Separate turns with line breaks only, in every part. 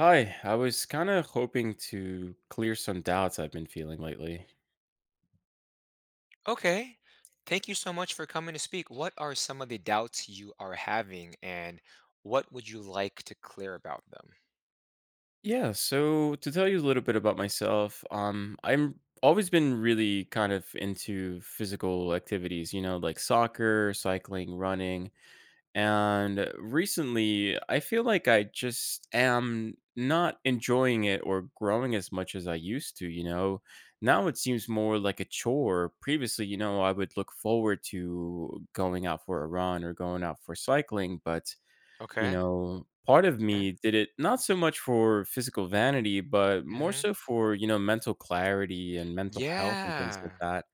Hi, I was kind of hoping to clear some doubts I've been feeling lately.
Okay. Thank you so much for coming to speak. What are some of the doubts you are having and what would you like to clear about them?
Yeah, so to tell you a little bit about myself, I'm always been really kind of into physical activities, you know, like soccer, cycling, running. And recently, I feel like I just am not enjoying it or growing as much as I used to, you know. Now it seems more like a chore. Previously, you know, I would look forward to going out for a run or going out for cycling, but, you
Okay.
know, part of
Okay.
me did it not so much for physical vanity, but more
hmm
so for, you know, mental clarity and mental health and things like
Yeah.
that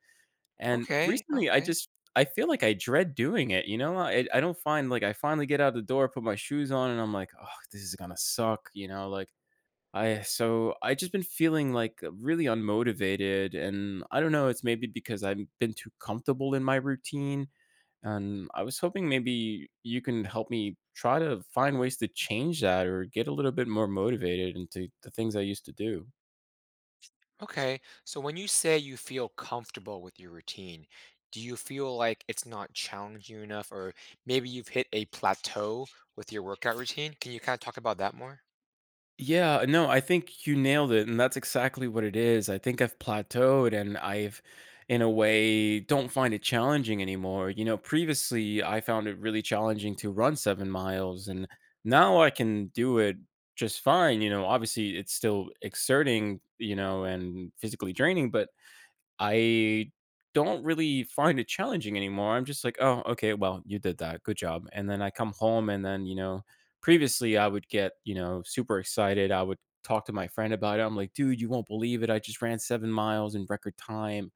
and
Okay.
recently, I
Okay.
just I feel like I dread doing it, you know? I don't find like I finally get out the door, put my shoes on, and I'm like, "Oh, this is gonna suck," you know? Like I so I just been feeling like really unmotivated, and I don't know. It's maybe because I've been too comfortable in my routine, and I was hoping maybe you can help me try to find ways to change that or get a little bit more motivated into the things I used to do.
Okay. So when you say you feel comfortable with your routine, do you feel like it's not challenging enough or maybe you've hit a plateau with your workout routine? Can you kind of talk about that more?
Yeah, no, I think you nailed it, and that's exactly what it is. I think I've plateaued and I've, in a way, don't find it challenging anymore. You know, previously I found it really challenging to run 7 miles, and now I can do it just fine. You know, obviously it's still exerting, you know, and physically draining, but I don't really find it challenging anymore. I'm just like, "Oh, okay, well, you did that. Good job." And then I come home and then, you know, previously I would get, you know, super excited. I would talk to my friend about it. I'm like, "Dude, you won't believe it. I just ran 7 miles in record time."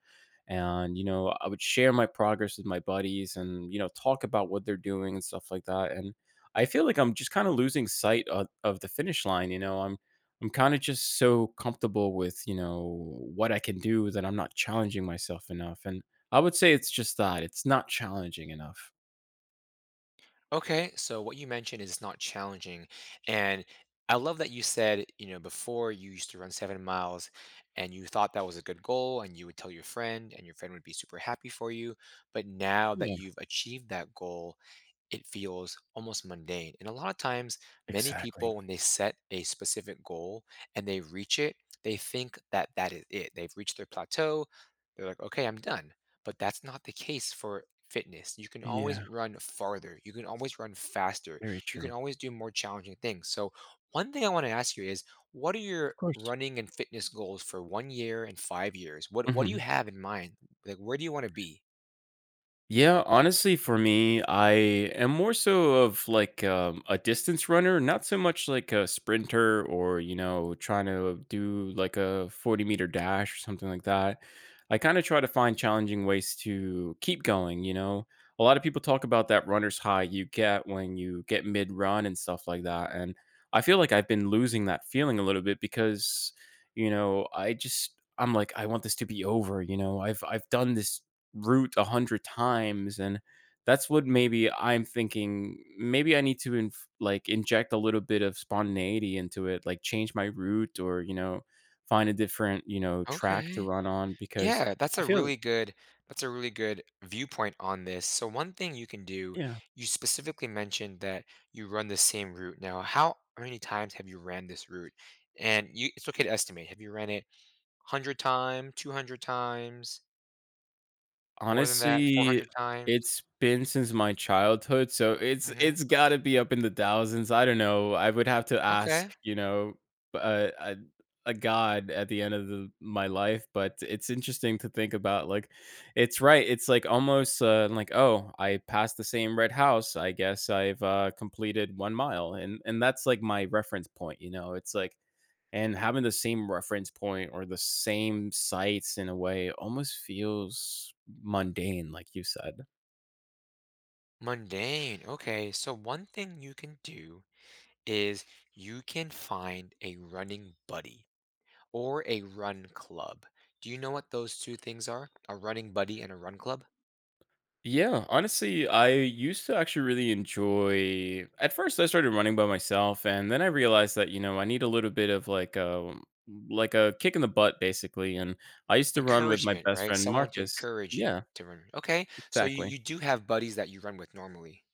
And, you know, I would share my progress with my buddies and, you know, talk about what they're doing and stuff like that. And I feel like I'm just kind of losing sight of the finish line. You know, I'm kind of just so comfortable with, you know, what I can do that I'm not challenging myself enough. And I would say it's just that it's not challenging enough.
Okay, so what you mentioned is it's not challenging. And I love that you said, you know, before you used to run 7 miles and you thought that was a good goal and you would tell your friend and your friend would be super happy for you. But now that
Yeah,
you've achieved that goal, it feels almost mundane. And a lot of times, many
exactly.
people, when they set a specific goal and they reach it, they think that that is it. They've reached their plateau. They're like, okay, I'm done. But that's not the case for fitness. You can always
Yeah,
run farther. You can always run faster.
very
You can
true.
always do more challenging things. So, one thing I want to ask you is what are your
Of course.
running and fitness goals for one year and 5 years? What do you
Mhm.
have in mind? Like, where do you want to be?
Yeah, honestly, for me, I am more so of like a distance runner, not so much like a sprinter or, you know, trying to do like a 40-meter dash or something like that. I kind of try to find challenging ways to keep going, you know. A lot of people talk about that runner's high you get when you get mid run and stuff like that. And I feel like I've been losing that feeling a little bit because, you know, I just, I'm like, I want this to be over, you know. I've done this route 100 times and that's what maybe I'm thinking maybe I need to inject a little bit of spontaneity into it, like change my route or, you know, find a different, you know, track to
Okay.
run on because
Yeah, that's
I
a
feel
really good, that's a really good viewpoint on this. So one thing you can do,
yeah.
you specifically mentioned that you run the same route. Now, how many times have you ran this route? And you, it's okay to estimate. Have you ran it 100 times, 200 times, more than that,
Honestly,
400 times?
it's been since my childhood, so it's
Mhm.
it's gotta be up in the thousands. I don't know. I would have to ask,
Okay.
you know, b a god at the end of the my life, but it's interesting to think about, like it's right, it's, like, almost, like, "Oh, I passed the same red house. I guess I've, completed 1 mile," and that's, like, my reference point, you know? It's like and having the same reference point or the same sites in a way almost feels mundane, like you said.
Mundane. Okay. So one thing you can do is you can find a running buddy, or a run club. Do you know what those two things are? A running buddy and a run club?
Yeah, honestly, I used to actually really enjoy. At first, I started running by myself, and then I realized that you know I need a little bit of like a kick in the butt, basically. And I used to run with my
Encouragement,
best
right?
friend
Someone to
Marcus.
encourage you
Yeah,
to run. Okay, so you,
exactly.
you do have buddies that you run with normally.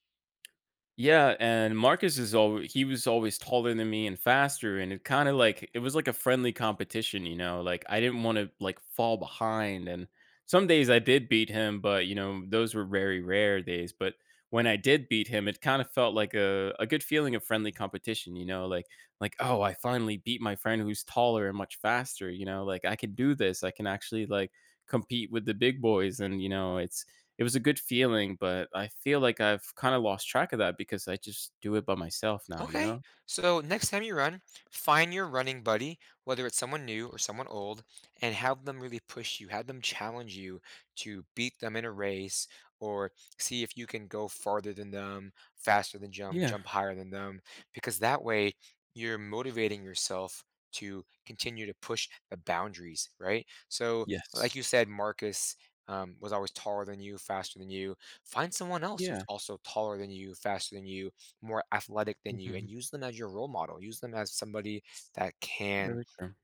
Yeah, and Marcus is al he was always taller than me and faster, and it kinda like it was like a friendly competition, you know? Like, I didn't wanna, like, fall behind, and some days I did beat him, but, you know, those were very rare days, but when I did beat him, it kinda felt like a good feeling of friendly competition, you know? Like, "Oh, I finally beat my friend who's taller and much faster," you know? Like, "I can do this, I can actually, like, compete with the big boys," and, you know, it's it was a good feeling, but I feel like I've kinda lost track of that because I just do it by myself now, you
Okay.
know?
So next time you run, find your running buddy, whether it's someone new or someone old, and have them really push you, have them challenge you to beat them in a race or see if you can go farther than them, faster than jump,
Yeah.
jump higher than them, because that way you're motivating yourself to continue to push the boundaries, right? So
Yes.
like you said, Marcus was always taller than you, faster than you. Find someone else who's
Yeah.
also taller than you, faster than you, more athletic than you,
Mhm.
and use them as your role model. Use them as somebody that can
Very true.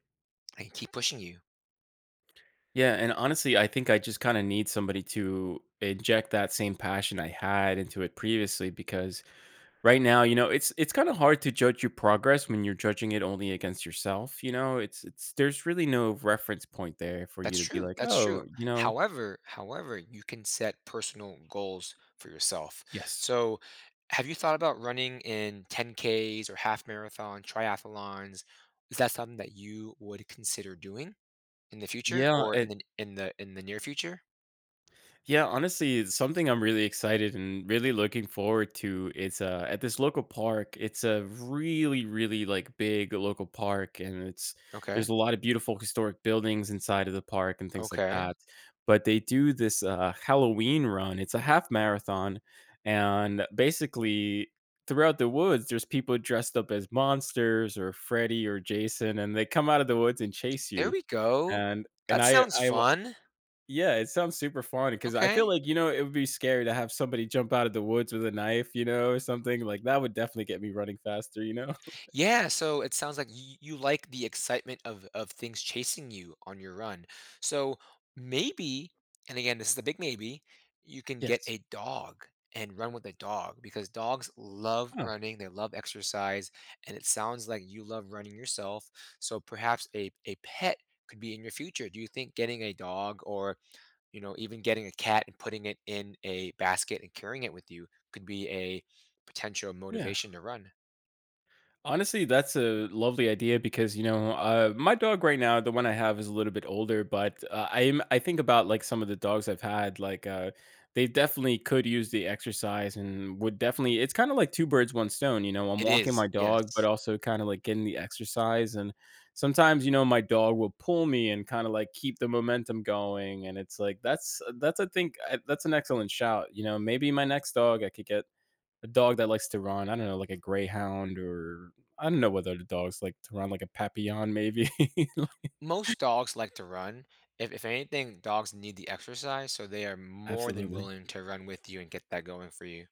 and keep pushing you.
Yeah, and honestly, I think I just kinda need somebody to inject that same passion I had into it previously because right now, you know, it's kinda hard to judge your progress when you're judging it only against yourself, you know? It's There's really no reference point there for you
That's
to be
true.
like,
That's true.
"Oh," you know.
However, however, you can set personal goals for yourself.
Yes.
So, have you thought about running in 10Ks or half marathon, triathlons? Is that something that you would consider doing in the future
Yeah,
or in the in the near future?
yeah, honestly, it's something I'm really excited and really looking forward to. It's at this local park. It's a really, really like big local park, and it's
Okay.
there's a lot of beautiful historic buildings inside of the park and things like
Okay.
that. But they do this Halloween run. It's a half marathon, and basically throughout the woods, there's people dressed up as monsters or Freddy or Jason, and they come out of the woods and chase
There
you.
we go.
And
That sounds
I
fun.
yeah, it sounds super fun because I feel
Okay.
like, you know, it would be scary to have somebody jump out of the woods with a knife, you know, or something. Like that would definitely get me running faster, you know?
Yeah, so it sounds like you like the excitement of things chasing you on your run. So maybe, and again, this is a big maybe, you can get
Yes.
a dog and run with a dog because dogs love
Huh.
running, they love exercise, and it sounds like you love running yourself. So perhaps a pet could be in your future. Do you think getting a dog or, you know, even getting a cat and putting it in a basket and carrying it with you could be a potential
Yeah.
motivation to run?
Honestly, that's a lovely idea because you know my dog right now, the one I have is a little bit older, but I am I think about like some of the dogs I've had, like they definitely could use the exercise and would definitely. It's kind of like two birds, one stone. You know, I'm
It
walking
is.
my dog, but
Yes.
also kind of like getting the exercise. And sometimes, you know, my dog will pull me and kind of like keep the momentum going. And it's like that's I think I, that's an excellent shout. You know, maybe my next dog I could get a dog that likes to run. I don't know, like a greyhound or I don't know what other dogs like to run, like a papillon maybe.
Most dogs like to run. If anything, dogs need the exercise, so they are more than
Absolutely.
willing to run with you and get that going for you.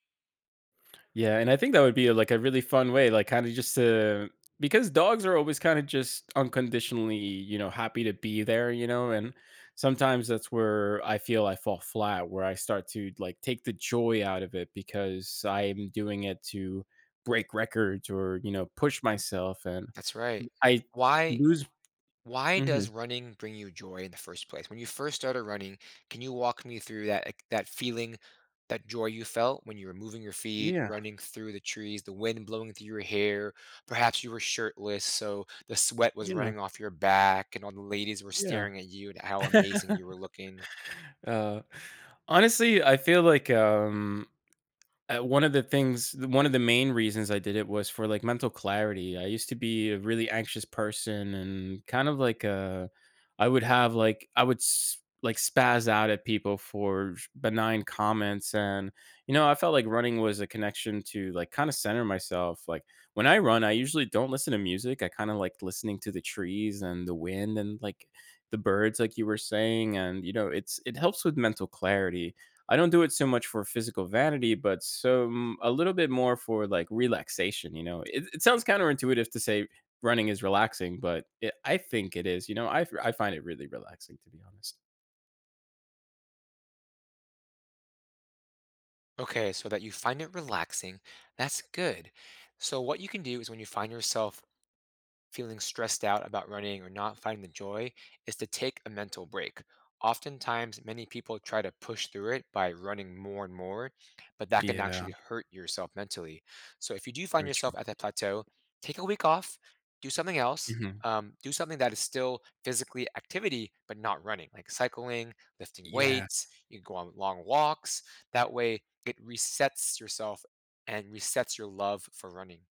Yeah, and I think that would be like a really fun way, like kind of just to because dogs are always kind of just unconditionally, you know, happy to be there, you know, and sometimes that's where I feel I fall flat, where I start to like take the joy out of it because I'm doing it to break records or, you know, push myself and
That's right.
I
Why
lose.
why does
Mhm.
running bring you joy in the first place? When you first started running, can you walk me through that, like, that feeling, that joy you felt when you were moving your feet,
Yeah.
running through the trees, the wind blowing through your hair? Perhaps you were shirtless, so the sweat was
Yeah.
running off your back, and all the ladies were
Yeah.
staring at you and how amazing you were looking.
Uh, honestly, I feel like, one of the things one of the main reasons I did it was for, like, mental clarity. I used to be a really anxious person and kind of like I would have, like I would s like, spaz out at people for sh benign comments, and, you know, I felt like running was a connection to, like, kinda center myself. Like, when I run, I usually don't listen to music. I kinda like listening to the trees and the wind and, like, the birds, like you were saying, and, you know, it's it helps with mental clarity. I don't do it so much for physical vanity, but some a little bit more for like relaxation. You know, it sounds counterintuitive to say running is relaxing, but it, I think it is. You know, I find it really relaxing to be honest.
Okay, so that you find it relaxing, that's good. So, what you can do is when you find yourself feeling stressed out about running or not finding the joy is to take a mental break. Oftentimes, many people try to push through it by running more and more, but that can
Yeah,
actually hurt yourself mentally. So, if you do find
very true.
yourself at that plateau, take a week off, do something else,
Hmm.
do something that is still physically activity, but not running, like cycling, lifting
Yeah.
weights. You can go on long walks. That way, it resets yourself and resets your love for running.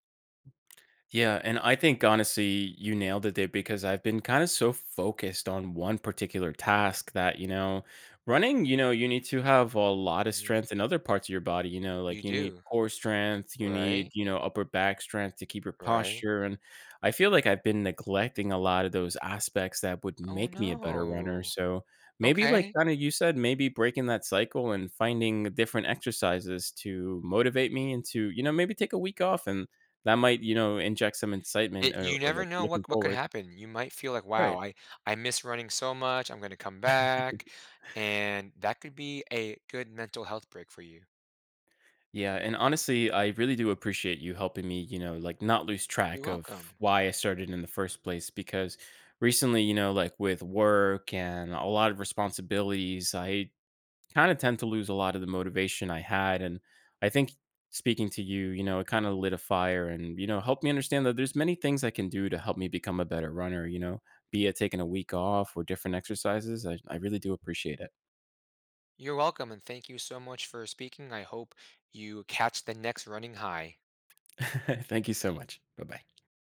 Yeah, and I think honestly, you nailed it there because I've been kind of so focused on one particular task that, you know, running, you know, you need to have a lot of
hmm
strength in other parts of your body, you know, like
You
you need
do,
core strength, you need,
right?
you know, upper back strength to keep your
Right?
posture. And I feel like I've been neglecting a lot of those aspects that would
Oh,
make me a better runner.
no.
So maybe, like
Okay.
kind of you said, maybe breaking that cycle and finding different exercises to motivate me and to, you know, maybe take a week off and that might, you know, inject some incitement
It,
or
you
or,
never
like,
know
looking
what could
forward.
happen. You might feel like,
Right.
"Wow, I miss running so much. I'm gonna come back." And that could be a good mental health break for you.
Yeah, and honestly, I really do appreciate you helping me, you know, like, not lose
You're
track of
welcome.
why I started in the first place because recently, you know, like, with work and a lot of responsibilities, I kind of tend to lose a lot of the motivation I had. And I think speaking to you, you know, it kind of lit a fire and, you know, helped me understand that there's many things I can do to help me become a better runner, you know, be it taking a week off or different exercises. I really do appreciate
You're welcome, and thank you so much for speaking. I hope you catch the next running high.
it. Thank you so much. Bye bye.